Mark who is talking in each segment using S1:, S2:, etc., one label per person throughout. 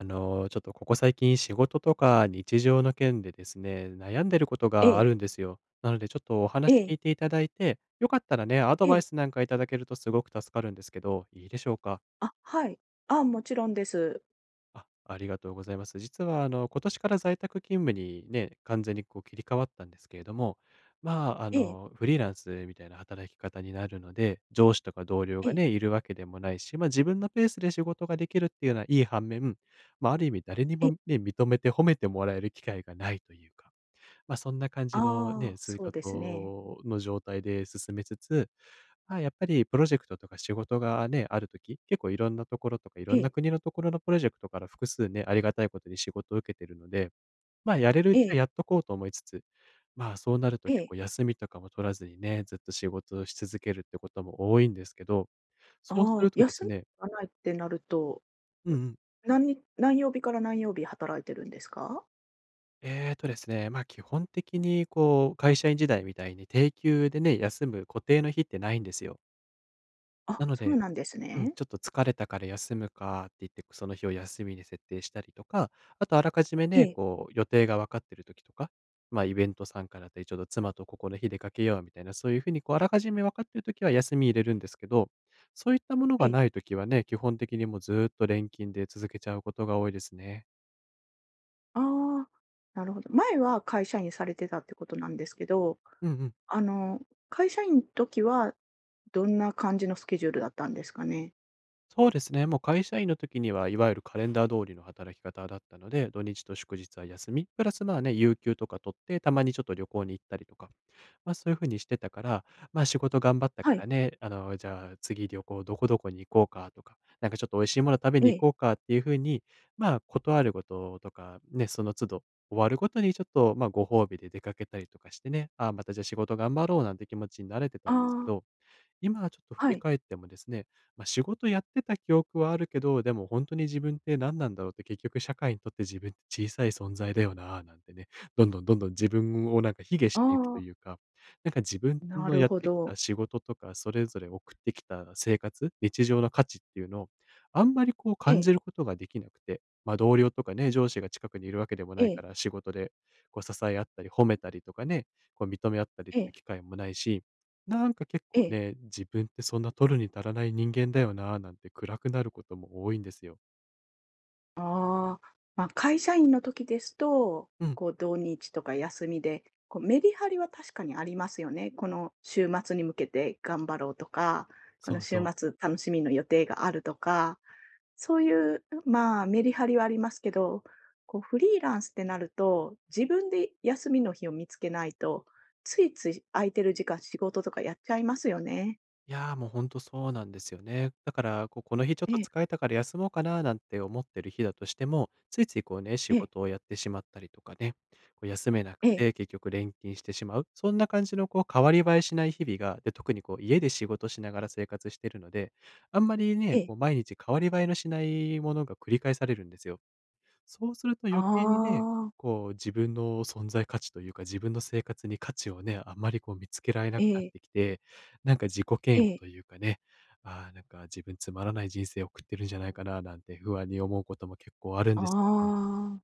S1: ちょっとここ最近仕事とか日常の件でですね、悩んでること
S2: え
S1: があ
S2: え、
S1: るんですよ。なのでちょっとお
S2: え
S1: 話
S2: え、
S1: 聞いていただいて、よかったらね、アド
S2: え
S1: バイ
S2: え。
S1: スなんかいただけるとすごく助かるんですけど、いいでしょうか？
S2: あ、はい。あ、もちろんです。
S1: あ、ありがとうございます。実は今年から在宅勤務にね、完全にこう切り替わったんですけれども、まあ、
S2: ええ、
S1: フリーランスみたいな働き方になるので、上司とか同僚
S2: え
S1: が
S2: え、
S1: ね、いるわけでもないし、まあ、自分のペースで仕事ができるっていうのはいい反面、まあ、ある意味誰に
S2: ええ。
S1: もね、認めて褒めてもらえる機会がないというか、まあ、そんな感じの
S2: あ
S1: ね、
S2: あ、
S1: 仕
S2: そうですね。
S1: 事の状態で進めつつ、ああ、やっぱりプロジェクトとか仕事がね、あるとき結構いろんなところとか、い
S2: え
S1: ろんな
S2: え、
S1: 国のところのプロジェクトから複数ね、ありがたいことに仕事を受けてるので、ま、やれるう
S2: え
S1: ちは
S2: え、
S1: やっとこうと思いつつ、まあ、そうなると
S2: え
S1: 結
S2: え。
S1: 構休みとかも取らずにね、ずっと仕事をし続けるってことも多いんですけど、そうす
S2: ああ、
S1: るとで
S2: 休
S1: す
S2: み
S1: ね。
S2: がないってなると、
S1: うん
S2: う
S1: うん。
S2: 何に何曜日から何曜日働いてるんですか？
S1: ですね、ま、基本的にこう、会社員時代みたいに定休でね、休む固定の日ってないんですよ。
S2: あ、
S1: なの
S2: そう
S1: で、
S2: なんです
S1: うん、
S2: ね。
S1: ちょっと疲れたから休むかって言って、その日を休みに設定したりとか、あとあらかじめ
S2: え
S1: ね、
S2: え、
S1: こう予定が分かってる時とか、まあイベント参加だったり、ちょっと妻とここの日出かけようみたいな、そういうふうにこうあらかじめ分かってる時は休み入れるんですけど、そういったもの
S2: え
S1: が
S2: え。
S1: ない時はね、基本的にもうずーっと錬金で続けちゃうことが多いですね。
S2: ああ、なるほど。前は会社員されてたってことなんですけど、
S1: うんうん。
S2: あの、会社員時はどんな感じのスケジュールだったんですかね？
S1: そうですね。もう会社員の時には、いわゆるカレンダー通りの働き方だったので、土日と祝日は休み、プラスまあね、有給とか取って、たまにちょっと旅行に行ったりとか、まあそういうふうにしてたから、まあ仕事頑張った
S2: は
S1: か
S2: い、
S1: らね、じゃあ次旅行どこどこに行こうかとか、なんかちょっと美味しいもの食べ
S2: え
S1: に行
S2: え。
S1: こうかっていうふうに、まあ断ることとか、ね、その都度終わるごとにちょっとまあご褒美で出かけたりとかしてね、ああ、またじゃあ仕事頑張ろうなんて気持ちになれてたんですけ
S2: ああ、
S1: ど、今ちょっと振
S2: は
S1: り
S2: い。
S1: 返ってもですね、まあ、仕事やってた記憶はあるけど、でも本当に自分って何なんだろうって、結局社会にとって自分って小さい存在だよな、なんてね、どんどんどんどん自分をなんか卑下
S2: あ
S1: していくという
S2: あ。
S1: か、なんか自分
S2: な
S1: の
S2: る
S1: やっ
S2: ほ
S1: てき
S2: ど。
S1: た仕事とか、それぞれ送ってきた生活、日常の価値っていうのを、あんまりこう
S2: え
S1: 感
S2: え、
S1: じることができなくて、ま、同僚とかね、上司が近くにいるわけでも
S2: え
S1: ないか
S2: え、
S1: ら、仕事でこう支え合ったり褒めたりとかね、こう認め合ったりっ
S2: え
S1: ていう
S2: え、
S1: 機会もないし、なんか結
S2: え
S1: 構
S2: え。
S1: ね、自分ってそんな取るに足らない人間だよな、なんて暗くなることも多いんですよ。
S2: ああ、まあ、会社員の時ですと、
S1: うん、
S2: こう土日とか休みで、こうメリハリは確かにありますよね。この週末に向けて頑張ろうとか、この
S1: そう
S2: 週
S1: そう。
S2: 末楽しみの予定があるとか、そういう、うまあ、メリハリはありますけど、こうフリーランスってなると、自分で休みの日を見つけないと、ついつい空いてる時間仕事とかやっちゃいますよね。
S1: いや、もうほんとそうなんですよね。だから、こう、この日ちょっ
S2: え
S1: と
S2: え、
S1: 疲れたから休もうかななんて思ってる日だとしても、ついついこうね、
S2: え
S1: 仕
S2: え、
S1: 事をやってしまったりとかね、こう休めなく
S2: ええ、
S1: て結局連勤してしまう。そんな感じのこう、変わり映えしない日々が、で、特にこう家で仕事しながら生活してるので、あんまり
S2: え
S1: ね、
S2: え。
S1: こう毎日変わり映えのしないものが繰り返されるんですよ。そうすると
S2: あ
S1: 余計にね、
S2: あ、
S1: こう自分の存在価値というか、自分の生活に価値をね、あんまりこう見つけられな
S2: え
S1: くなっ
S2: え、
S1: てきて、なんか自己
S2: え
S1: 嫌悪と
S2: え、
S1: いうかね、ああ、なんか自分つまらない人生を送ってるんじゃないかななんて不安に思うことも結構あるんですよね。
S2: ああ。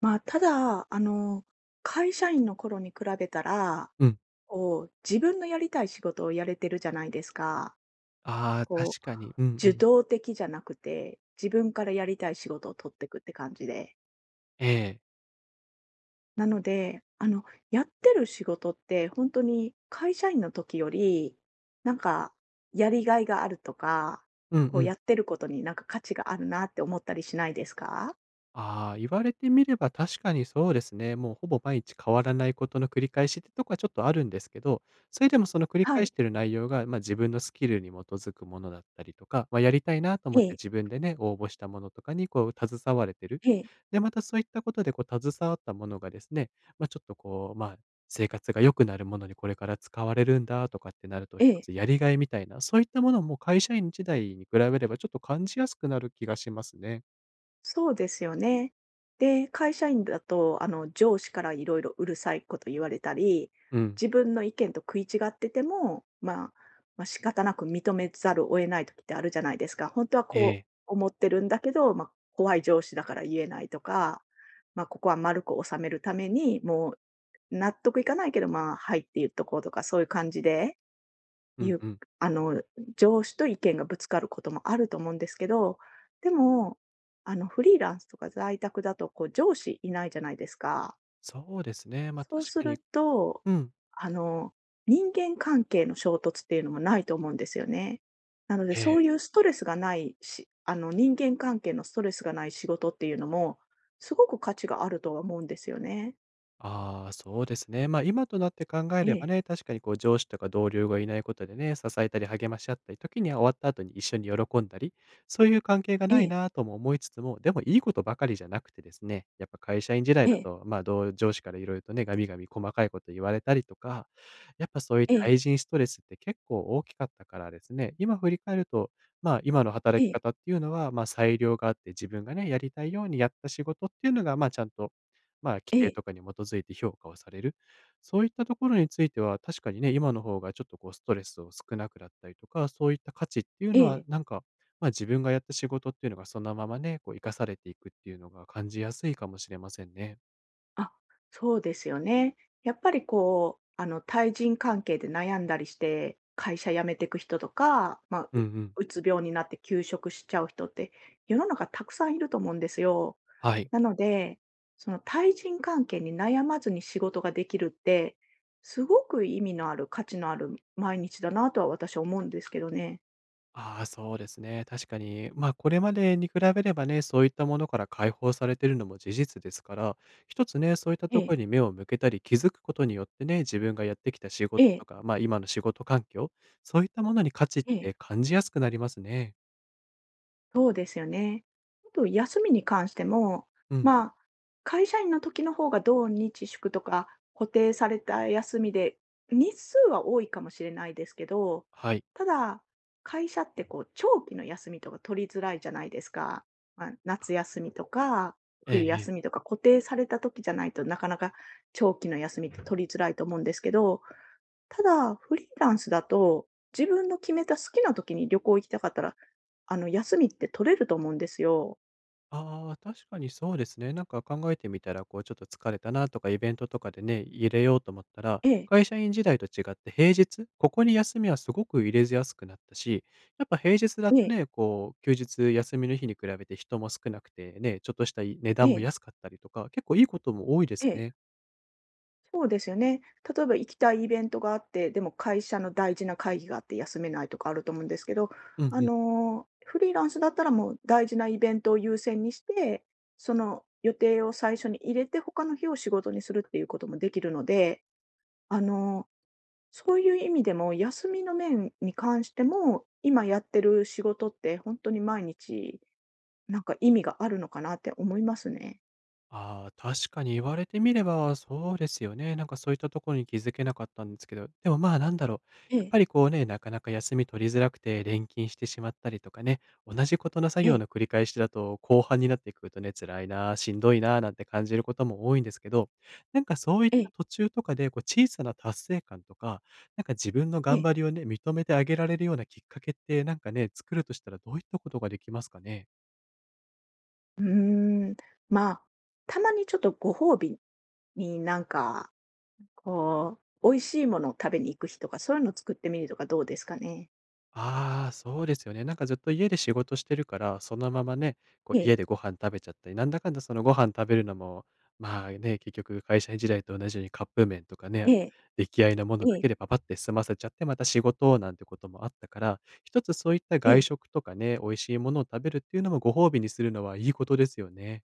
S2: まあ、ただ、会社員の頃に比べたら、
S1: うん。
S2: こう、自分のやりたい仕事をやれてるじゃないですか。
S1: ああ、
S2: こ
S1: 確
S2: う、
S1: かに。うんう
S2: 受
S1: ん。
S2: 動的じゃなくて、自分からやりたい仕事を取ってくって感じで。
S1: ええ。
S2: なので、やってる仕事って、本当に会社員の時より、なんか、やりがいがあるとか、
S1: うん
S2: こ
S1: う
S2: う、
S1: ん。
S2: やってることになんか価値があるなって思ったりしないですか？
S1: ああ、言われてみれば確かにそうですね。もうほぼ毎日変わらないことの繰り返しってとこはちょっとあるんですけど、それでもその繰り
S2: は
S1: 返
S2: い、
S1: してる内容が、まあ、自分のスキルに基づくものだったりとか、まあ、やりたいなと
S2: え
S1: 思っ
S2: え。
S1: て自分でね、応募したものとかにこう携われてる。
S2: ええ、
S1: で、またそういったことでこう携わったものがですね、まあ、ちょっとこう、まあ、生活が良くなるものにこれから使われるんだとかってなると、
S2: え
S1: 一
S2: え、
S1: つやりがいみたいな、そういったものも会社員時代に比べればちょっと感じやすくなる気がしますね。
S2: そうですよね。で、会社員だと、上司からいろいろうるさいこと言われたり、
S1: うん。
S2: 自分の意見と食い違ってても、まあ、仕方なく認めざるを得ない時ってあるじゃないですか。本当は
S1: え
S2: こ
S1: え。
S2: う思ってるんだけど、まあ、怖い上司だから言えないとか、まあ、ここは丸く収めるために、もう納得いかないけど、まあ、はいって言っとこうとか、そういう感じで
S1: う
S2: い
S1: ん
S2: う、
S1: うん。
S2: あの、上司と意見がぶつかることもあると思うんですけど、でも、フリーランスとか在宅だと、こう、上司いないじゃないですか。
S1: そうですね。ま、
S2: そう
S1: 確
S2: す
S1: かに。
S2: ると、
S1: うん。
S2: あの、人間関係の衝突っていうのもないと思うんですよね。なので、
S1: え
S2: そうい
S1: え。
S2: うストレスがないし、人間関係のストレスがない仕事っていうのも、すごく価値があるとは思うんですよね。
S1: ああ、そうですね。まあ、今となって考え
S2: え
S1: れば
S2: え、
S1: ね、確かにこう上司とか同僚がいないことでね、支えたり励まし合ったり、時には終わった後に一緒に喜んだり、そういう関係が
S2: え
S1: ない
S2: え、
S1: なとも思いつつも、でもいいことばかりじゃなくてですね、やっぱ会社員時代
S2: え
S1: だ
S2: え、
S1: と、まあ、同上司からいろいろとね、ガミガミ細かいこと言われたりとか、やっぱそういう
S2: ええ、
S1: 対人ストレスって結構大きかったからですね、今振り返ると、まあ、今の
S2: え
S1: 働き
S2: え、
S1: 方っていうのは、まあ、裁量があって自分がね、やりたいようにやった仕事っていうのが、まあ、ちゃんとまあ、規
S2: え
S1: 定
S2: え、
S1: とかに基づいて評価をされる。そういったところについては、確かにね、今の方がちょっとこうストレスを少なくなったりとか、そういった価値っていう
S2: え
S1: のは、
S2: え。
S1: なんか、まあ自分がやった仕事っていうのがそのままね、こう生かされていくっていうのが感じやすいかもしれませんね。
S2: あ、そうですよね。やっぱりこう、対人関係で悩んだりして、会社辞めていく人とか、
S1: うんうん。
S2: うつ病になって休職しちゃう人って、世の中たくさんいると思うんですよ。
S1: はい。
S2: なので、その対人関係に悩まずに仕事ができるって、すごく意味のある、価値のある毎日だなとは私は思うんですけどね。
S1: ああ、そうですね。確かに、ま、これまでに比べればね、そういったものから解放されているのも事実ですから、一つね、そういった
S2: え
S1: とこ
S2: え、
S1: ろに目を向けたり、気づくことによってね、自分がやってきた仕
S2: え
S1: 事
S2: え、
S1: とか、ま、今の仕事環境、そういったものに価値っ
S2: ええ。
S1: て感じやすくなりますね。
S2: そうですよね。あと休みに関しても、
S1: うんうん、
S2: まあ、会社員の時の方が土日祝とか固定された休みで、日数は多いかもしれないですけど、
S1: はい。
S2: ただ、会社ってこう長期の休みとか取りづらいじゃないですか。まあ、
S1: あ、
S2: 夏休みとか
S1: ええ
S2: 冬
S1: え
S2: 休み
S1: え。
S2: とか固定された時じゃないとなかなか長期の休みって取りづらいと思うんですけど、ただ、フリーランスだと、自分の決めた好きな時に旅行行きたかったら、休みって取れると思うんですよ。
S1: ああ、確かにそうですね。なんか考えてみたら、こう、ちょっと疲れたなとか、イベントとかでね、入れようと思ったら、
S2: ええ、
S1: 会社員時代と違って平日、ここに休みはすごく入れやすくなったし、やっぱ平日だ
S2: え
S1: と
S2: え、
S1: ね、こう、休日休みの日に比べて人も少なくてね、ちょっとした値
S2: え
S1: 段も
S2: え、
S1: 安かったりとか、結構いいことも多いで
S2: え
S1: す
S2: え、
S1: ね。
S2: そうですよね。例えば行きたいイベントがあって、でも会社の大事な会議があって休めないとかあると思うんですけど、
S1: うんうん。
S2: フリーランスだったらもう大事なイベントを優先にして、その予定を最初に入れて、他の日を仕事にするっていうこともできるので、あの、そういう意味でも、休みの面に関しても、今やってる仕事って本当に毎日、なんか意味があるのかなって思いますね。
S1: ああ、確かに言われてみればそうですよね。なんかそういったところに気づけなかったんですけど、でもまあなんだろう。
S2: え
S1: やっ
S2: え、
S1: ぱりこうね、なかなか休み取りづらくて連勤してしまったりとかね、同じことの作
S2: え
S1: 業
S2: え、
S1: の繰り返しだと後半になってくるとね、辛いなあ、しんどいな、なんて感じることも多いんですけど、なんかそういっ
S2: え
S1: た
S2: え、
S1: 途中とかでこう小さな達成感とか、なんか自分の
S2: え
S1: 頑張
S2: え。
S1: りをね、認めてあげられるようなきっかけってなんかね、作るとしたらどういったことができますかね。
S2: うーん、まあ、たまにちょっとご褒美になんか、こう、美味しいものを食べに行く日とか、そういうのを作ってみるとかどうですかね？
S1: ああ、そうですよね。なんかずっと家で仕事してるから、そのままね、こう
S2: え
S1: 家
S2: え、
S1: でご飯食べちゃったり、なんだかんだそのご飯食べるのも、まあね、結局会社時代と同じようにカップ麺とか
S2: え
S1: ね、
S2: え、
S1: 出来合いのもの
S2: え
S1: だ
S2: え、
S1: けでパパって済ませちゃって、また仕事をなんてこともあったから、一つそういった
S2: え
S1: 外
S2: え。
S1: 食とかね、美味しいものを食べるっていうのもご褒美にするのはいいことですよね。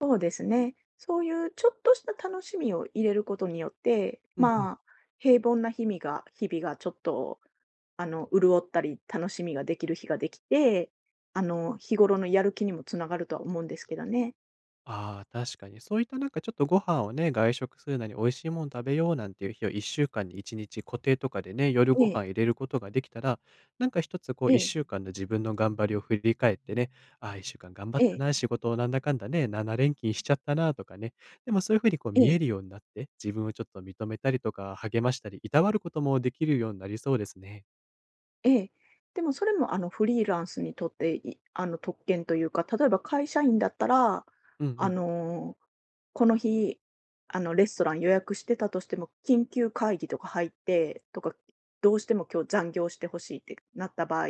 S2: そうですね。そういうちょっとした楽しみを入れることによって、
S1: うんうん。
S2: まあ、平凡な日々がちょっと潤ったり、楽しみができる日ができて、日頃のやる気にもつながるとは思うんですけどね。
S1: ああ、確かに。そういったなんかちょっとご飯をね、外食するなり、美味しいもん食べようなんていう日を1週間に1日固定とかでね、夜
S2: え
S1: ご
S2: え、
S1: 飯入れることができたら、なんか一つこ
S2: え
S1: う
S2: え、
S1: 1週間の自分の頑張りを振り返ってね、ああ、1週間頑張っ
S2: え
S1: た
S2: え、
S1: な、仕事をなんだかんだね、7連勤しちゃったなとかね。でもそういう風にこう
S2: え
S1: 見え
S2: え、
S1: るようになって、自分をちょっと認めたりとか、励ましたり、いたわることもできるようになりそうですね。
S2: ええ。でもそれもフリーランスにとって、いあの、特権というか、例えば会社員だったら、
S1: うんう
S2: あ
S1: ん。
S2: のこの日、レストラン予約してたとしても、緊急会議とか入って、とか、どうしても今日残業してほしいってなった場合、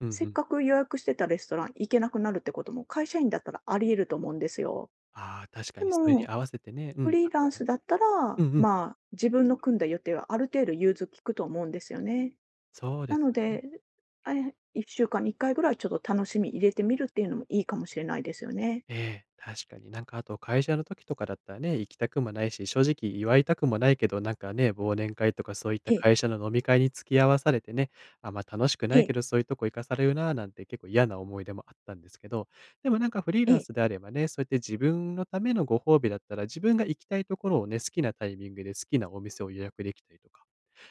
S1: うんう
S2: せっ
S1: ん。
S2: かく予約してたレストラン行けなくなるってことも会社員だったらあり得ると思うんですよ。
S1: ああ、確か
S2: で
S1: にそれに
S2: も、
S1: 合わせてね、う
S2: フ
S1: ん、
S2: リ
S1: あ
S2: ーラ
S1: と
S2: ン
S1: は
S2: ス
S1: ね、
S2: だったら、
S1: うんうん、
S2: まあ、自分の組んだ予定はある程度融通きくと思うんですよね。
S1: そうで
S2: な
S1: す
S2: の
S1: よね。
S2: で、あれ1週間に1回ぐらいちょっと楽しみ入れてみるっていうのもいいかもしれないですよね。
S1: ええ、確かになんかあと会社の時とかだったらね、行きたくもないし、正直祝いたくもないけど、なんかね、忘年会とかそういった
S2: ええ、
S1: 会社の飲み会に付き合わされてね、あ、ま、楽しく
S2: え
S1: ないけ
S2: え、
S1: どそういうとこ行かされるなぁなんて結構嫌な思い出もあったんですけど、でもなんかフリー
S2: え
S1: ラン
S2: え、
S1: スであればね、そうやって自分のためのご褒美だったら、自分が行きたいところをね、好きなタイミングで好きなお店を予約できたりとか、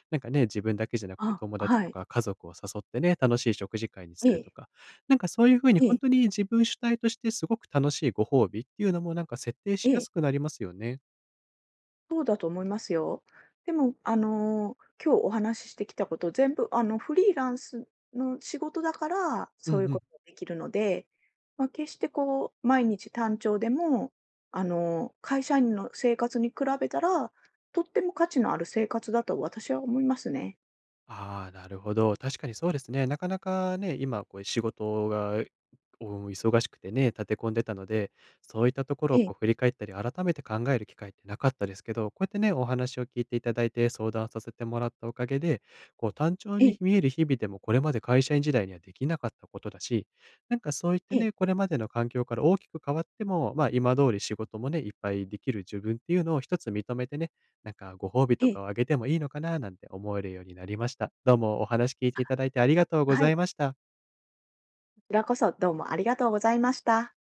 S1: なんかね、自分だけじゃなくて
S2: あ、
S1: 友達
S2: は
S1: と
S2: い、
S1: か家族を誘ってね、楽しい食事会にす
S2: え
S1: ると
S2: え、
S1: か、なんかそういう風に
S2: え
S1: 本
S2: え。
S1: 当に自分主体としてすごく楽しいご褒美っていうのもなんか設定
S2: え
S1: しや
S2: え、
S1: すくなりますよね。
S2: そうだと思いますよ。でも、今日お話ししてきたこと、全部、フリーランスの仕事だから、
S1: うん
S2: そういう
S1: う
S2: こ
S1: ん。
S2: とができるので、まあ、決してこう、毎日単調でも、会社員の生活に比べたら、とっても価値のある生活だと私は思いますね。
S1: ああ、なるほど。確かにそうですね。なかなかね、今こう仕事がお忙しくてね、立て込んでたので、そういったところ
S2: え
S1: を
S2: え、
S1: こう振り返ったり、改めて考える機会ってなかったですけど、こうやってね、お話を聞いていただいて、相談させてもらったおかげで、こう単調
S2: え
S1: に
S2: え、
S1: 見える日々でも、これまで会社員時代にはできなかったことだし、なんかそういって
S2: ええ、
S1: ね、これまでの環境から大きく変わっても、まあ、今通り仕事もね、いっぱいできる自分っていうのを一つ認めてね、なんかご褒美
S2: え
S1: とか
S2: え、
S1: をあげてもいいのかななんて思えるようになりました。どうもお話聞いていただいてありがとうご
S2: は
S1: ざ
S2: い、
S1: い
S2: こ
S1: ました。
S2: ちらこそどうもありがとうございました。